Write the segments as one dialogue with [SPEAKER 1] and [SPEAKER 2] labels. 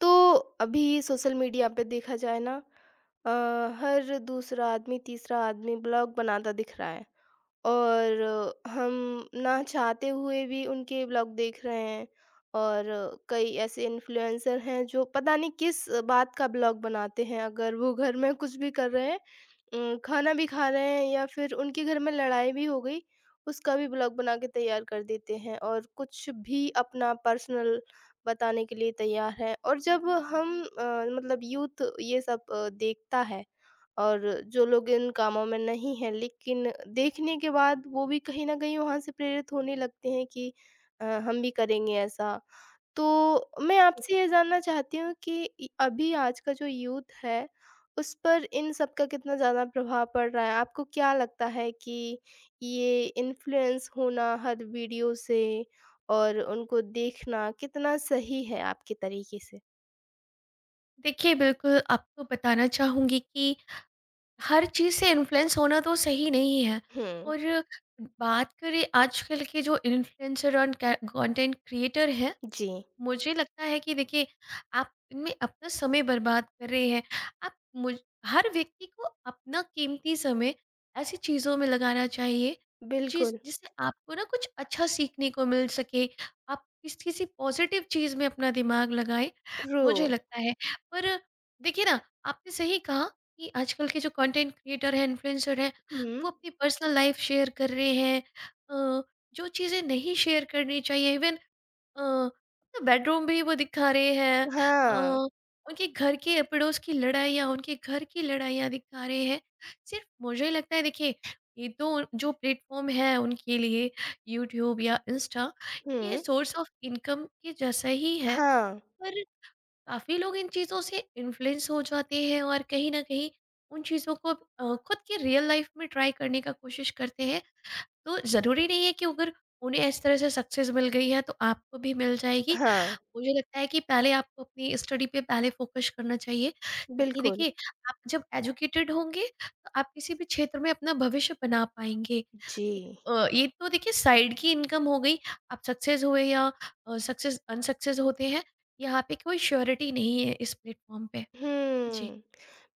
[SPEAKER 1] तो अभी social media पे देखा जाए ना, अ, हर दूसरा आदमी तीसरा आदमी ब्लॉग बनाता दिख रहा है। और हम ना चाहते हुए भी उनके व्लॉग देख रहे हैं। और कई ऐसे इन्फ्लुएंसर हैं जो पता नहीं किस बात का व्लॉग बनाते हैं। अगर वो घर में कुछ भी कर रहे हैं, खाना भी खा रहे हैं, या फिर उनके घर में लड़ाई भी हो गई उसका भी ब्लॉग बना के तैयार कर देते हैं और कुछ भी अपना पर्सनल बताने के लिए तैयार है। और जब हम मतलब यूथ ये सब देखता है, और जो लोग इन कामों में नहीं हैं लेकिन देखने के बाद वो भी कहीं न कहीं वहाँ से प्रेरित होने लगते हैं कि हम भी करेंगे ऐसा। तो मैं आपसे ये जानना चाहती हूँ कि इ अभी आज का जो यूथ है, उस पर इन सब का कितना ज़्यादा प्रभाव पड़ रहा है? आपको क्या लगता है कि ये इन्फ्लुएंस होना हर वीडियो से और उनको देखना कितना सही है आपके तरीके से?
[SPEAKER 2] देखिए, बिल्कुल आपको बताना चाहूँगी कि हर चीज़ से इन्फ्लुएंस होना तो सही नहीं है
[SPEAKER 1] हुँ,
[SPEAKER 2] और बात करें आजकल के जो इन्फ्लुएंसर और कै कंटेंट क्रिएटर हैं
[SPEAKER 1] जी,
[SPEAKER 2] मुझे लगता है कि देखिए, आप इनमें अपना समय बर्बाद कर रहे हैं। आप मुझ हर व्यक्ति को अपना कीमती समय ऐसी चीज़ों में लगाना चाहिए, जिस
[SPEAKER 1] बिल्कुल,
[SPEAKER 2] जिससे आपको ना कुछ अच्छा सीखने को मिल सके। आप किसी पॉज़िटिव चीज़ में अपना दिमाग लगाएँ,
[SPEAKER 1] ट्रू।
[SPEAKER 2] मुझे लगता है। पर देखिए ना, आपने सही कहा कि आजकल के जो कंटेंट क्रिएटर हैं, इन्फ्लुएंसर हैं,
[SPEAKER 1] हुँ।
[SPEAKER 2] वो अपनी पर्सनल लाइफ़ शेयर कर रहे हैं। अ, जो चीज़ें नहीं शेयर करनी चाहिए इवन अ, बेडरूम भी वो दिखा रहे हैं
[SPEAKER 1] हाँ,
[SPEAKER 2] अ, उनके घर के पड़ोस की लड़ाइयाँ, उनके घर की लड़ाइयाँ दिखा रहे हैं। सिर्फ़ मुझे लगता है देखिए, ये तो जो प्लेटफ़ॉर्म है उनके लिए यूट्यूब या इंस्टा, ये
[SPEAKER 1] हुँ।
[SPEAKER 2] सोर्स ऑफ इनकम के जैसा ही है,
[SPEAKER 1] हाँ,
[SPEAKER 2] पर काफ़ी लोग इन चीज़ों से इन्फ्लुएंस हो जाते हैं और कहीं न कहीं उन चीज़ों को खुद के रियल लाइफ़ में ट्राई करने का कोशिश करते हैं। तो ज़रूरी नहीं है कि अगर उन्हें इस तरह से सक्सेस मिल गई है, तो आपको भी मिल जाएगी
[SPEAKER 1] हाँ,
[SPEAKER 2] मुझे लगता है कि पहले आपको अपनी स्टडी पे पहले फोकस करना चाहिए ताकि
[SPEAKER 1] बिल्कुल।
[SPEAKER 2] देखिए आप जब एजुकेटेड होंगे तो आप किसी भी क्षेत्र में अपना भविष्य बना पाएँगे। एक
[SPEAKER 1] जी।
[SPEAKER 2] ये तो देखिए साइड की इनकम हो गई, आप सक्सेस हुए या सक्सेस अनसक्सेस होते हैं, यहाँ पे कोई श्योरिटी नहीं है इस प्लेटफ़ॉर्म पे। जी।
[SPEAKER 1] हुँ।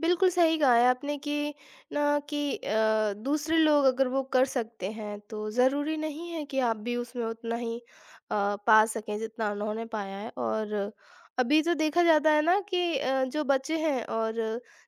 [SPEAKER 1] बिल्कुल सही कहा है आपने कि ना कि दूसरे लोग अगर वो कर सकते हैं तो ज़रूरी नहीं है कि आप भी उसमें उतना ही पा सकें जितना उन्होंने पाया है। और अभी तो देखा जाता है ना कि जो बच्चे हैं, और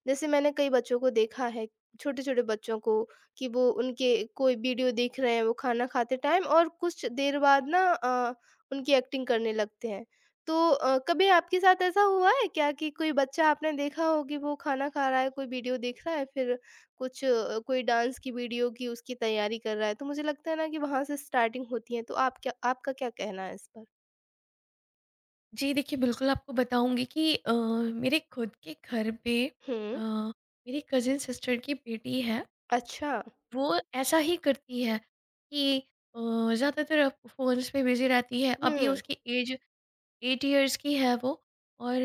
[SPEAKER 1] जैसे मैंने कई बच्चों को देखा है, छोटे-छोटे बच्चों को कि वो उनके कोई वीडियो देख रहे हैं वो खाना खाते टाइम, और कुछ देर बाद ना उनकी एक्टिंग करने लगते हैं। तो कभी आपके साथ ऐसा हुआ है क्या कि कोई बच्चा आपने देखा हो कि वो खाना खा रहा है, कोई वीडियो देख रहा है, फिर कुछ कोई डांस की वीडियो की उसकी तैयारी कर रहा है, तो मुझे लगता है ना कि वहाँ से स्टार्टिंग होती है। तो आप क्या आपका क्या कहना है इस पर?
[SPEAKER 2] जी देखिए, बिल्कुल आपको बताऊँगी कि मेरे खुद के घर पे
[SPEAKER 1] हुँ,
[SPEAKER 2] मेरी कज़िन सिस्टर की बेटी है।
[SPEAKER 1] अच्छा।
[SPEAKER 2] वो ऐसा ही करती है कि अ, ज़्यादातर अब फ़ोन्स में बिज़ी रहती है। अभी
[SPEAKER 1] हुँ,
[SPEAKER 2] उसकी ऐज 8 इयर्स की है वो और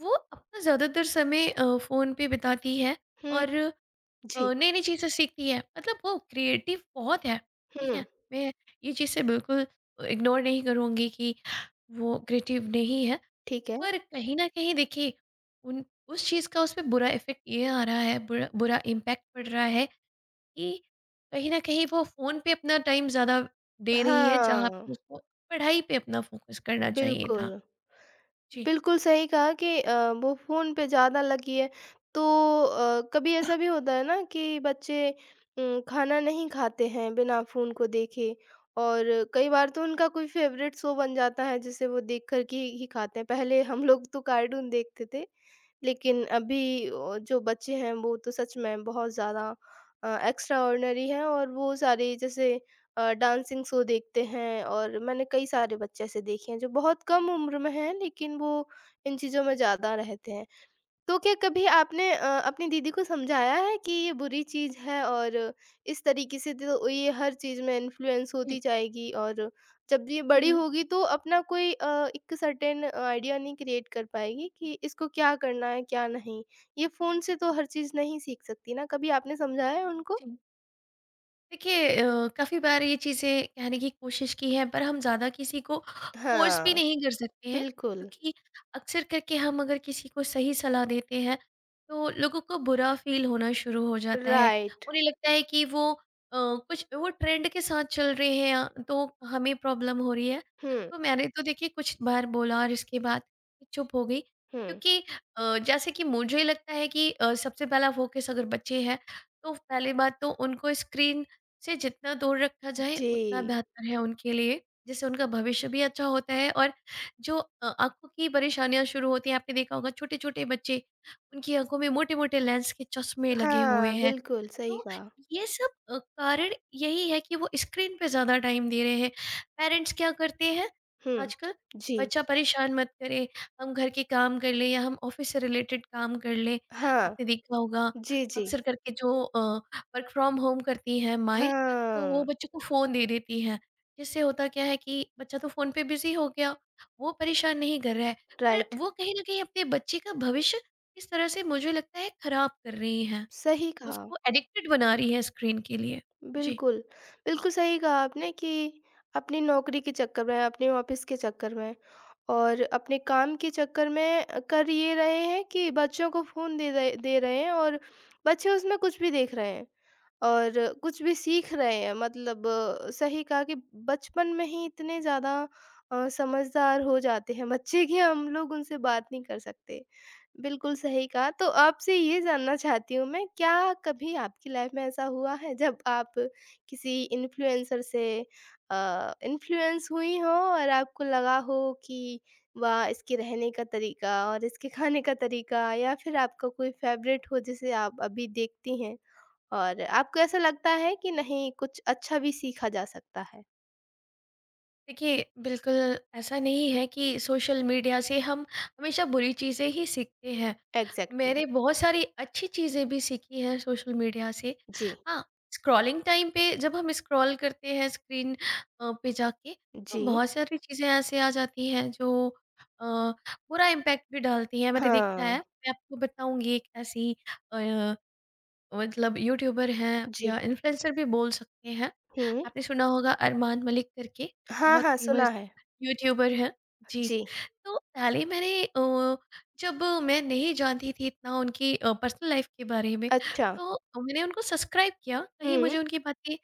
[SPEAKER 2] वो अपना ज़्यादातर समय फ़ोन पे बिताती है
[SPEAKER 1] हुँ,
[SPEAKER 2] और
[SPEAKER 1] जी,
[SPEAKER 2] नई-नई चीज़ें सीखती है। मतलब वो क्रिएटिव बहुत है, ठीक
[SPEAKER 1] हुँ,
[SPEAKER 2] है? मैं ये चीज़ से बिल्कुल इग्नोर नहीं करूँगी कि वो क्रिएटिव नहीं है।
[SPEAKER 1] ठीक है।
[SPEAKER 2] पर कहीं न कहीं देखिए, उन उस चीज़ का उस पे बुरा इफ़ेक्ट ये आ रहा है, बुरा बुरा इम्पैक्ट पड़ रहा है कि कहीं न कहीं वो फ़ोन पे अपना टाइम ज़्यादा दे रही है, जहाँ
[SPEAKER 1] हाँ,
[SPEAKER 2] पे उसको पढ़ाई पे अपना फ़ोकस करना चाहिए था।
[SPEAKER 1] बिल्कुल।
[SPEAKER 2] जी।
[SPEAKER 1] बिल्कुल सही कहा कि वो फ़ोन पे ज़्यादा लगी है। तो कभी ऐसा भी होता है ना कि बच्चे खाना नहीं खाते हैं बिना फ़ोन को देखे, और कई बार तो उनका कोई फ़ेवरेट शो बन जाता है जिसे वो देख कर के ही खाते हैं। पहले हम लोग तो कार्टून देखते थे, लेकिन अभी जो बच्चे हैं वो तो सच में बहुत ज़्यादा एक्स्ट्राऑर्डिनरी हैं, और वो सारे जैसे डांसिंग शो देखते हैं। और मैंने कई सारे बच्चे ऐसे देखे हैं जो बहुत कम उम्र में हैं लेकिन वो इन चीज़ों में ज़्यादा रहते हैं। तो क्या कभी आपने अपनी दीदी को समझाया है कि ये बुरी चीज़ है, और इस तरीके से तो ये हर चीज़ में इन्फ्लुएंस
[SPEAKER 2] जी।
[SPEAKER 1] होती जाएगी, और जब ये
[SPEAKER 2] हुँ,
[SPEAKER 1] बड़ी
[SPEAKER 2] हुँ।
[SPEAKER 1] होगी तो अपना कोई एक सर्टेन आइडिया नहीं क्रिएट कर पाएगी कि इसको क्या करना है क्या नहीं। ये फ़ोन से तो हर चीज़ नहीं सीख सकती ना, कभी आपने समझाया है उनको?
[SPEAKER 2] जी। देखिए काफ़ी बार ये चीज़ें कहने की कोशिश की है पर हम ज़्यादा किसी को फ़ोर्स भी
[SPEAKER 1] हाँ।
[SPEAKER 2] नहीं कर सकते हैं
[SPEAKER 1] बिल्कुल,
[SPEAKER 2] क्योंकि अक्सर करके हम अगर किसी को सही सलाह देते हैं तो लोगों को बुरा फील होना शुरू हो जाता है
[SPEAKER 1] राइट।
[SPEAKER 2] उन्हें लगता है कि वो कुछ वो ट्रेंड के साथ चल रहे हैं तो हमें प्रॉब्लम हो रही है
[SPEAKER 1] हुँ,
[SPEAKER 2] तो मैंने तो देखिए कुछ बार बोला और इसके बाद चुप हो गई
[SPEAKER 1] हुँ।
[SPEAKER 2] क्योंकि जैसे कि मुझे लगता है कि सबसे पहला फोकस अगर बच्चे हैं तो पहली बात तो उनको स्क्रीन से जितना दूर रखा जाए उतना
[SPEAKER 1] जी।
[SPEAKER 2] बेहतर है उनके लिए जिससे उनका भविष्य भी अच्छा होता है और जो आंखों की परेशानियां शुरू होती हैं आपने देखा होगा छोटे छोटे बच्चे उनकी आंखों में मोटे मोटे लेंस के चश्मे लगे हुए
[SPEAKER 1] हाँ,
[SPEAKER 2] हैं
[SPEAKER 1] बिल्कुल सही
[SPEAKER 2] तो
[SPEAKER 1] कहा।
[SPEAKER 2] ये सब कारण यही है कि वो स्क्रीन पे ज़्यादा टाइम दे रहे हैं। पेरेंट्स क्या करते हैं
[SPEAKER 1] हुँ,
[SPEAKER 2] आजकल,
[SPEAKER 1] जी।
[SPEAKER 2] बच्चा परेशान मत करे, हम घर के काम कर लें या हम ऑफ़िस से रिलेटेड काम कर लें।
[SPEAKER 1] हाँ,
[SPEAKER 2] आपने देखा होगा
[SPEAKER 1] जी, जी।
[SPEAKER 2] अक्सर करके जो वर्क फ्रॉम होम करती हैं माएँ, तो वो
[SPEAKER 1] हाँ,
[SPEAKER 2] बच्चों को फ़ोन दे देती हैं। जिससे होता क्या है कि बच्चा तो फ़ोन पे बिज़ी हो गया, वो परेशान नहीं कर रहा है,
[SPEAKER 1] राइट।
[SPEAKER 2] पर वो कहीं न कहीं अपने बच्चे का भविष्य इस तरह से मुझे लगता है खराब कर रही हैं।
[SPEAKER 1] सही कहा,
[SPEAKER 2] उसको एडिक्टेड बना रही है स्क्रीन के लिए। जी।
[SPEAKER 1] बिल्कुल। बिल्कुल सही कहा आपने कि अपनी नौकरी के चक्कर में, अपने ऑफ़िस के चक्कर में और अपने काम के चक्कर में कर ये रहे हैं कि बच्चों को फ़ोन दे रहे हैं, और बच्चे उसमें कुछ भी देख रहे हैं। और कुछ भी सीख रहे हैं, मतलब सही कहा कि बचपन में ही इतने ज़्यादा समझदार हो जाते हैं बच्चे कि हम लोग उनसे बात नहीं कर सकते। बिल्कुल सही कहा, तो आपसे ये जानना चाहती हूँ मैं, क्या कभी आपकी लाइफ़ में ऐसा हुआ है जब आप किसी इन्फ्लुएंसर से इन्फ्लुएंस हुई हो और आपको लगा हो कि वाह! इसके रहने का तरीका और इसके खाने का तरीका, या फिर आपका कोई फ़ेवरेट हो जिसे आप अभी देखती हैं? और आपको ऐसा लगता है कि नहीं, कुछ अच्छा भी सीखा जा सकता है?
[SPEAKER 2] देखिए, बिल्कुल ऐसा नहीं है कि सोशल मीडिया से हम हमेशा बुरी चीज़ें ही सीखते हैं।
[SPEAKER 1] एग्ज़ैक्टली।
[SPEAKER 2] मैंने बहुत सारी अच्छी चीज़ें भी सीखी हैं सोशल मीडिया से।
[SPEAKER 1] जी,
[SPEAKER 2] हाँ, स्क्रॉलिंग टाइम पे जब हम स्क्रॉल करते हैं स्क्रीन पे जाके तो
[SPEAKER 1] जी।
[SPEAKER 2] बहुत सारी चीज़ें ऐसे आ जाती हैं जो अ, बुरा इम्पैक्ट भी डालती हैं। मैंने देखा
[SPEAKER 1] हाँ,
[SPEAKER 2] है, मैं आपको बताऊँगी एक ऐसी अ मतलब यूट्यूबर हैं
[SPEAKER 1] जी।
[SPEAKER 2] या इन्फ्लुएंसर भी बोल सकते हैं।
[SPEAKER 1] हुँ।
[SPEAKER 2] आपने सुना होगा अरमान मलिक करके
[SPEAKER 1] हाँ,
[SPEAKER 2] बहुत
[SPEAKER 1] हाँ,
[SPEAKER 2] फ़ेमस
[SPEAKER 1] सुना है।
[SPEAKER 2] यूट्यूबर हैं। जी,
[SPEAKER 1] जी,
[SPEAKER 2] तो पहले मैंने जब मैं नहीं जानती थी इतना उनकी पर्सनल लाइफ़ के बारे में,
[SPEAKER 1] अच्छा।
[SPEAKER 2] तो मैंने उनको सब्सक्राइब किया। कहीं
[SPEAKER 1] हुँ,
[SPEAKER 2] मुझे उनकी बातें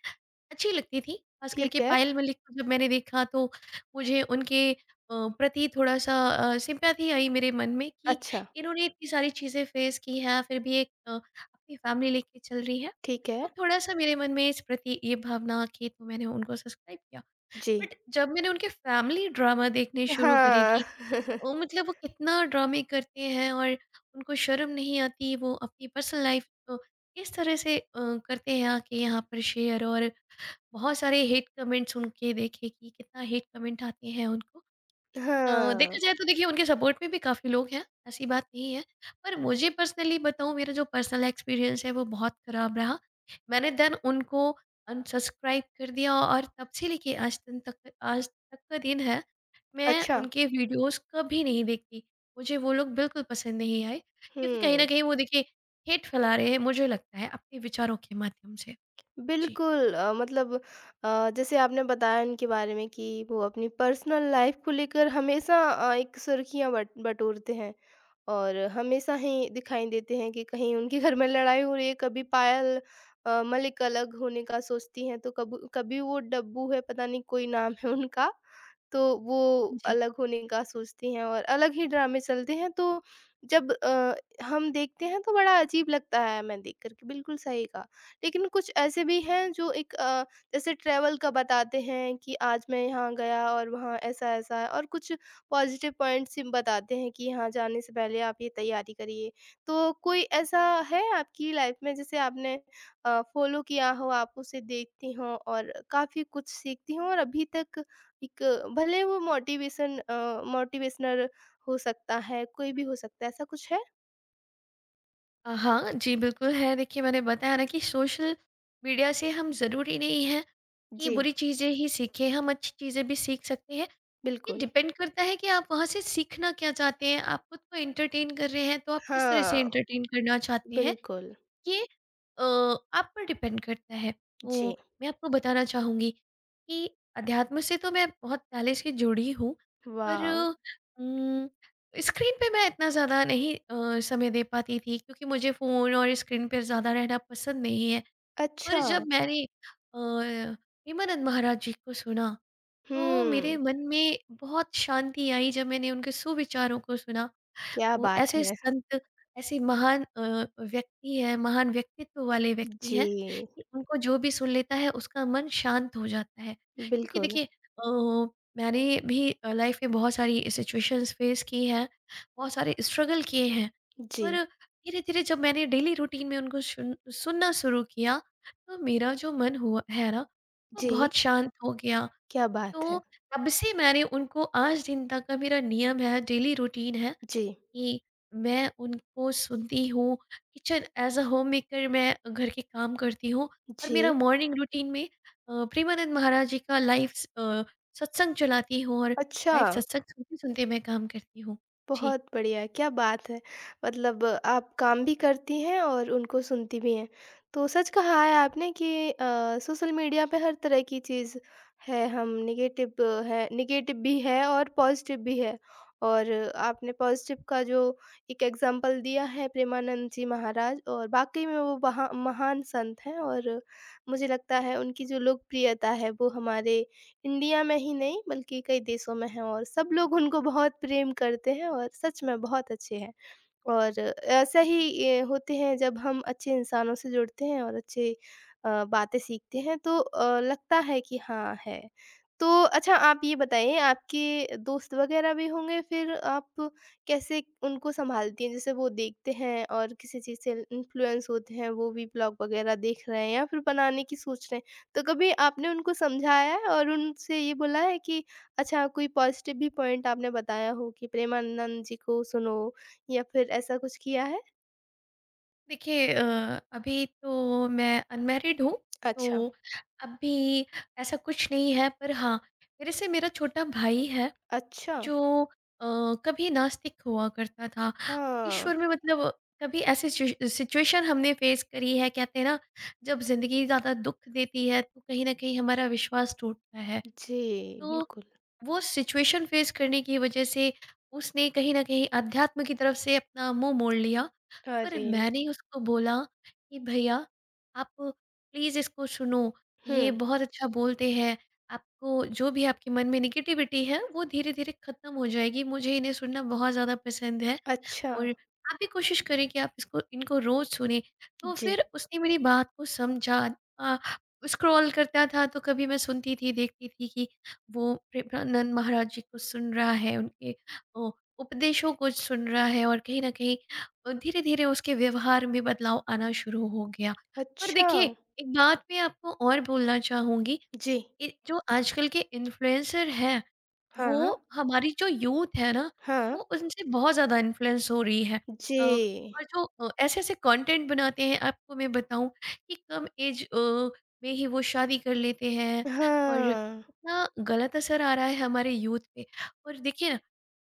[SPEAKER 2] अच्छी लगती थी, ख़ास
[SPEAKER 1] ठीक
[SPEAKER 2] करके
[SPEAKER 1] है।
[SPEAKER 2] पायल मलिक को जब मैंने देखा तो मुझे उनके प्रति थोड़ा-सा सिम्पैथी आई मेरे मन में कि
[SPEAKER 1] अच्छा,
[SPEAKER 2] इन्होंने इतनी सारी चीज़ें फ़ेस की हैं, फिर भी एक अपनी फ़ैमिली लेके चल रही हैं।
[SPEAKER 1] ठीक
[SPEAKER 2] तो
[SPEAKER 1] है।
[SPEAKER 2] थोड़ा-सा मेरे मन में इस प्रति ये भावना कि तो मैंने उनको सब्सक्राइब किया।
[SPEAKER 1] जी।
[SPEAKER 2] बट जब मैंने उनके फ़ैमिली ड्रामा देखने शुरू करे
[SPEAKER 1] हाँ।
[SPEAKER 2] कि वो मतलब वो कितना ड्रामे करते हैं और उनको शर्म नहीं आती, वो अपनी पर्सनल लाइफ़ को इस तरह से करते हैं आके यहाँ पर शेयर और बहुत सारे हेट कमेंट्स उनके देखे कि कितना हेट कमेंट आते हैं उनको
[SPEAKER 1] हाँ,
[SPEAKER 2] देखा जाए तो देखिए उनके सपोर्ट में भी काफ़ी लोग हैं ऐसी बात नहीं है पर मुझे पर्सनली बताऊँ मेरा जो पर्सनल एक्सपीरियंस है वो बहुत ख़राब रहा मैंने देन उनको अनसब्सक्राइब कर दिया और तब से लेके आज दिन तक आज तक का दिन है मैं
[SPEAKER 1] अच्छा।
[SPEAKER 2] उनके वीडियोस कभी नहीं देखती मुझे वो लोग बिल्कुल पसंद नहीं आए क्योंकि कहीं
[SPEAKER 1] हुँ,
[SPEAKER 2] ना कहीं वो देखिए हेट फैला रहे हैं मुझे लगता है अपने विचारों के माध्यम से। जी।
[SPEAKER 1] बिल्कुल, मतलब, जैसे आपने बताया इनके बारे में कि वो अपनी पर्सनल लाइफ़ को लेकर हमेशा एक सुर्खियाँ बट बटोरते हैं। और हमेशा ही दिखाई देते हैं कि कहीं उनके घर में लड़ाई हो रही है, कभी पायल मलिक अलग होने का सोचती हैं, तो कब कभी वो डब्बू है, पता नहीं कोई नाम है उनका, तो वो
[SPEAKER 2] जी।
[SPEAKER 1] अलग होने का सोचती हैं और अलग ही ड्रामे चलते हैं। तो जब हम देखते हैं तो बड़ा अजीब लगता है, मैं देख कर के बिल्कुल सही कहा। लेकिन कुछ ऐसे भी हैं जो एक जैसे ट्रैवल का बताते हैं कि आज मैं यहाँ गया और वहाँ ऐसा ऐसा है, और कुछ पॉज़िटिव पॉइंट्स सिम बताते हैं कि यहाँ जाने से पहले आप ये तैयारी करिए। तो कोई ऐसा है आपकी लाइफ़ में जिसे आपने फ़ॉलो किया हो, आप उसे देखती हों और काफ़ी कुछ सीखती हों, और अभी तक एक भले वो मोटिवेशन मोटिवेशनल हो सकता है, कोई भी हो सकता है, ऐसा कुछ है?
[SPEAKER 2] हाँ, जी, बिल्कुल है। देखिए, मैंने बताया ना कि सोशल मीडिया से हम ज़रूरी नहीं है कि
[SPEAKER 1] जी,
[SPEAKER 2] बुरी चीज़ें ही सीखें, हम अच्छी चीज़ें भी सीख सकते हैं। ये
[SPEAKER 1] बिल्कुल।
[SPEAKER 2] डिपेंड करता है कि आप वहाँ से सीखना क्या चाहते हैं, आप खुद को एंटरटेन कर रहे हैं, तो आप किस तरह से
[SPEAKER 1] हाँ,
[SPEAKER 2] एंटरटेन करना चाहते हैं।
[SPEAKER 1] बिल्कुल।
[SPEAKER 2] ये अ, आप पर डिपेंड करता है।
[SPEAKER 1] जी।
[SPEAKER 2] तो मैं आपको बताना चाहूँगी कि अध्यात्म से तो मैं बहुत पहले से जुड़ी हूँ, पर
[SPEAKER 1] वाव!
[SPEAKER 2] उम, स्क्रीन पे मैं इतना ज़्यादा नहीं समय दे पाती थी क्योंकि मुझे फ़ोन और स्क्रीन पे ज़्यादा रहना पसंद नहीं है। पर
[SPEAKER 1] अच्छा।
[SPEAKER 2] जब मैंने अ, हेमानंद महाराज जी को सुना, तो मेरे
[SPEAKER 1] हुँ,
[SPEAKER 2] मन में बहुत शांति आई जब मैंने उनके सुविचारों को सुना।
[SPEAKER 1] क्या
[SPEAKER 2] वो
[SPEAKER 1] बात
[SPEAKER 2] ऐसे
[SPEAKER 1] है।
[SPEAKER 2] संत, ऐसे महान व्यक्ति हैं, महान व्यक्तित्व वाले व्यक्ति
[SPEAKER 1] जी,
[SPEAKER 2] हैं कि उनको जो भी सुन लेता है उसका मन शांत हो जाता है। क्योंकि
[SPEAKER 1] बिल्कुल।
[SPEAKER 2] देखिए मैंने भी लाइफ़ में बहुत सारी सिचुएशंस फेस की हैं, बहुत सारे स्ट्रगल किए हैं।
[SPEAKER 1] जी,
[SPEAKER 2] पर धीरे-धीरे जब मैंने डेली रूटीन में उनको सुनना शुरू किया, तो मेरा जो मन हुआ है ना, वो
[SPEAKER 1] जी।
[SPEAKER 2] बहुत शांत हो गया।
[SPEAKER 1] क्या बात
[SPEAKER 2] तो
[SPEAKER 1] है!
[SPEAKER 2] तब से मैंने उनको आज दिन तक का मेरा नियम है, डेली रूटीन है
[SPEAKER 1] जी,
[SPEAKER 2] कि मैं उनको सुनती हूँ, किचन एज़ अ होममेकर मैं घर के काम करती हूँ और मेरा
[SPEAKER 1] जी।
[SPEAKER 2] मॉर्निंग रूटीन में प्रेमानंद महाराज जी का लाइव सत्संग चलाती हूँ और
[SPEAKER 1] अच्छा,
[SPEAKER 2] लाइव सत्संग सुनते-सुनते मैं काम करती हूँ। जी,
[SPEAKER 1] बहुत बढ़िया, क्या बात है! मतलब आप काम भी करती हैं और उनको सुनती भी हैं। तो सच कहा है आपने कि सोशल मीडिया पे हर तरह की चीज़ है, हम नेगेटिव है नेगेटिव भी है और पॉज़िटिव भी है। और आपने पॉज़िटिव का जो एक एग्ज़ाम्पल दिया है, प्रेमानंद जी महाराज, और वाक़ई में वो वहा महान संत हैं। और मुझे लगता है उनकी जो लोकप्रियता है वो हमारे इंडिया में ही नहीं बल्कि कई देशों में हैं, और सब लोग उनको बहुत प्रेम करते हैं और सच में बहुत अच्छे हैं। और ऐसा ही ये होते हैं जब हम अच्छे इंसानों से जुड़ते हैं और अच्छे बातें सीखते हैं, तो लगता है कि हाँ है। तो अच्छा आप ये बताइए, आपके दोस्त वग़ैरह भी होंगे, फिर आप कैसे उनको सँभालती हैं? जैसे वो देखते हैं और किसी चीज़ से इन्फ्लुएंस होते हैं, वो भी ब्लॉग वग़ैरह देख रहे हैं या फिर बनाने की सोच रहे हैं। तो कभी आपने उनको समझाया है और उनसे ये बोला है कि अच्छा कोई पॉज़िटिव भी पॉइंट आपने बताया हो कि प्रेमानंद जी को सुनो, या फिर ऐसा कुछ किया है?
[SPEAKER 2] देखिए अभी तो मैं अनमैरिड हूँ,
[SPEAKER 1] अच्छा।
[SPEAKER 2] तो अभी ऐसा कुछ नहीं है पर हाँ, मेरे से मेरा छोटा भाई है।
[SPEAKER 1] अच्छा,
[SPEAKER 2] जो अ, कभी नास्तिक हुआ करता था।
[SPEAKER 1] हाँ।
[SPEAKER 2] ईश्वर में मतलब कभी ऐसी सिचुएशन हमने फेस करी है कहते हैं ना जब ज़िंदगी ज़्यादा दुःख देती है तो कहीं न कहीं हमारा विश्वास टूटता है।
[SPEAKER 1] जी,
[SPEAKER 2] तो
[SPEAKER 1] बिल्कुल।
[SPEAKER 2] वो सिचुएशन फेस करने की वजह से उसने कहीं न कहीं अध्यात्म की तरफ से अपना मुँह मोड़ लिया। पर
[SPEAKER 1] अरे!
[SPEAKER 2] मैंने उसको बोला कि भैया आप प्लीज़ इसको सुनो, ये
[SPEAKER 1] हुँ,
[SPEAKER 2] बहुत अच्छा बोलते हैं, आपको जो भी आपके मन में नेगेटिविटी है वो धीरे-धीरे ख़त्म हो जाएगी, मुझे इन्हें सुनना बहुत ज़्यादा पसंद है।
[SPEAKER 1] अच्छा।
[SPEAKER 2] और आप भी कोशिश करें कि आप इसको इनको रोज़ सुने। तो
[SPEAKER 1] जी।
[SPEAKER 2] फिर उसने मेरी बात को समझा अ, स्क्रॉल करता था तो कभी मैं सुनती थी, देखती थी कि वो प्रेमानंद महाराज जी को सुन रहा है, उनके ओ उपदेशों को सुन रहा है और कहीं न कहीं धीरे-धीरे उसके व्यवहार में बदलाव आना शुरू हो गया। पर
[SPEAKER 1] अच्छा,
[SPEAKER 2] देखिए, एक बात मैं आपको और बोलना चाहूँगी
[SPEAKER 1] जी।
[SPEAKER 2] ये जो आजकल के इन्फ्लुएंसर हैं,
[SPEAKER 1] हाँ, हाँ,
[SPEAKER 2] वो हमारी जो यूथ है ना,
[SPEAKER 1] हाँ
[SPEAKER 2] वो उनसे बहुत ज़्यादा इन्फ्लुएंस हो रही है।
[SPEAKER 1] जी।
[SPEAKER 2] और जो ऐसे-ऐसे कंटेंट बनाते हैं, आपको मैं बताऊँ कि कम एज में ही वो शादी कर लेते हैं और
[SPEAKER 1] हाँ,
[SPEAKER 2] कितना गलत असर आ रहा है हमारे यूथ पे। और देखिए ना,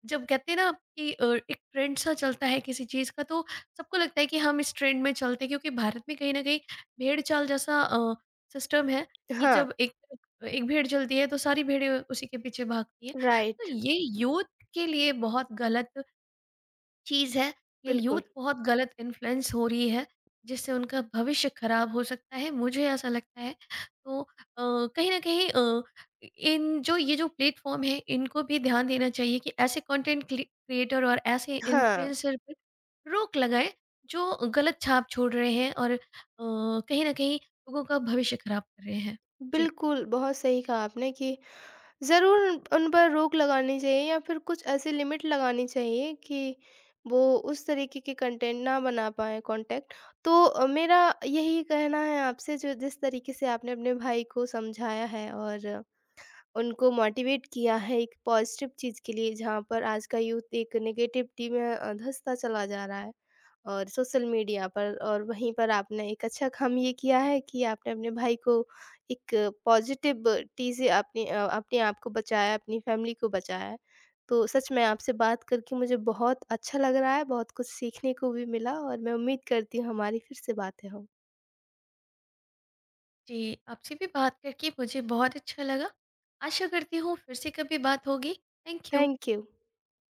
[SPEAKER 2] जब कहते हैं ना कि एक ट्रेंड सा चलता है किसी चीज़ का, तो सबको लगता है कि हम इस ट्रेंड में चलते हैं क्योंकि भारत में कहीं न कहीं भेड़-चाल जैसा सिस्टम है कि
[SPEAKER 1] हाँ,
[SPEAKER 2] जब एक एक भेड़ चलती है तो सारी भेड़ें उसी के पीछे भागती हैं। तो
[SPEAKER 1] राइट,
[SPEAKER 2] ये यूथ के लिए बहुत गलत चीज़ है, ये यूथ
[SPEAKER 1] बिल्कुल।
[SPEAKER 2] बहुत गलत इन्फ्लुएंस हो रही है, जिससे उनका भविष्य खराब हो सकता है, मुझे ऐसा लगता है। तो कहीं न कहीं इन जो ये जो प्लेटफ़ॉर्म है, इनको भी ध्यान देना चाहिए कि ऐसे कंटेंट क्लि क्रिएटर और ऐसे
[SPEAKER 1] हाँ,
[SPEAKER 2] इन्फ्लुएंसर पे रोक लगाएँ, जो गलत छाप छोड़ रहे हैं और कहीं न कहीं लोगों का भविष्य खराब कर रहे हैं। जी।
[SPEAKER 1] बिल्कुल, बहुत सही कहा आपने कि ज़रूर उन पर रोक लगानी चाहिए, या फिर कुछ ऐसी लिमिट लगानी चाहिए कि वो उस तरीके के कंटेंट ना बना पाएँ कंटेंट। तो मेरा यही कहना है आपसे, जो जिस तरीके से आपने अपने भाई को समझाया है और उनको मोटिवेट किया है एक पॉज़िटिव चीज़ के लिए, जहाँ पर आज का यूथ एक नेगेटिविटी में धँसता चला जा रहा है, और सोशल मीडिया पर, और वहीं पर आपने एक अच्छा काम ये किया है कि आपने अपने भाई को एक पॉज़िटिविटी से आपने अपने आप को बचाया, अपनी फ़ैमिली को बचाया। है। तो सच में आपसे बात करके मुझे बहुत अच्छा लग रहा है, बहुत कुछ सीखने को भी मिला, और मैं उम्मीद करती हूँ हमारी फिर से बातें हों।
[SPEAKER 2] जी, आपसे भी बात करके मुझे बहुत अच्छा लगा। आशा करती हूँ फिर से कभी बात होगी। Thank you.
[SPEAKER 1] Thank you.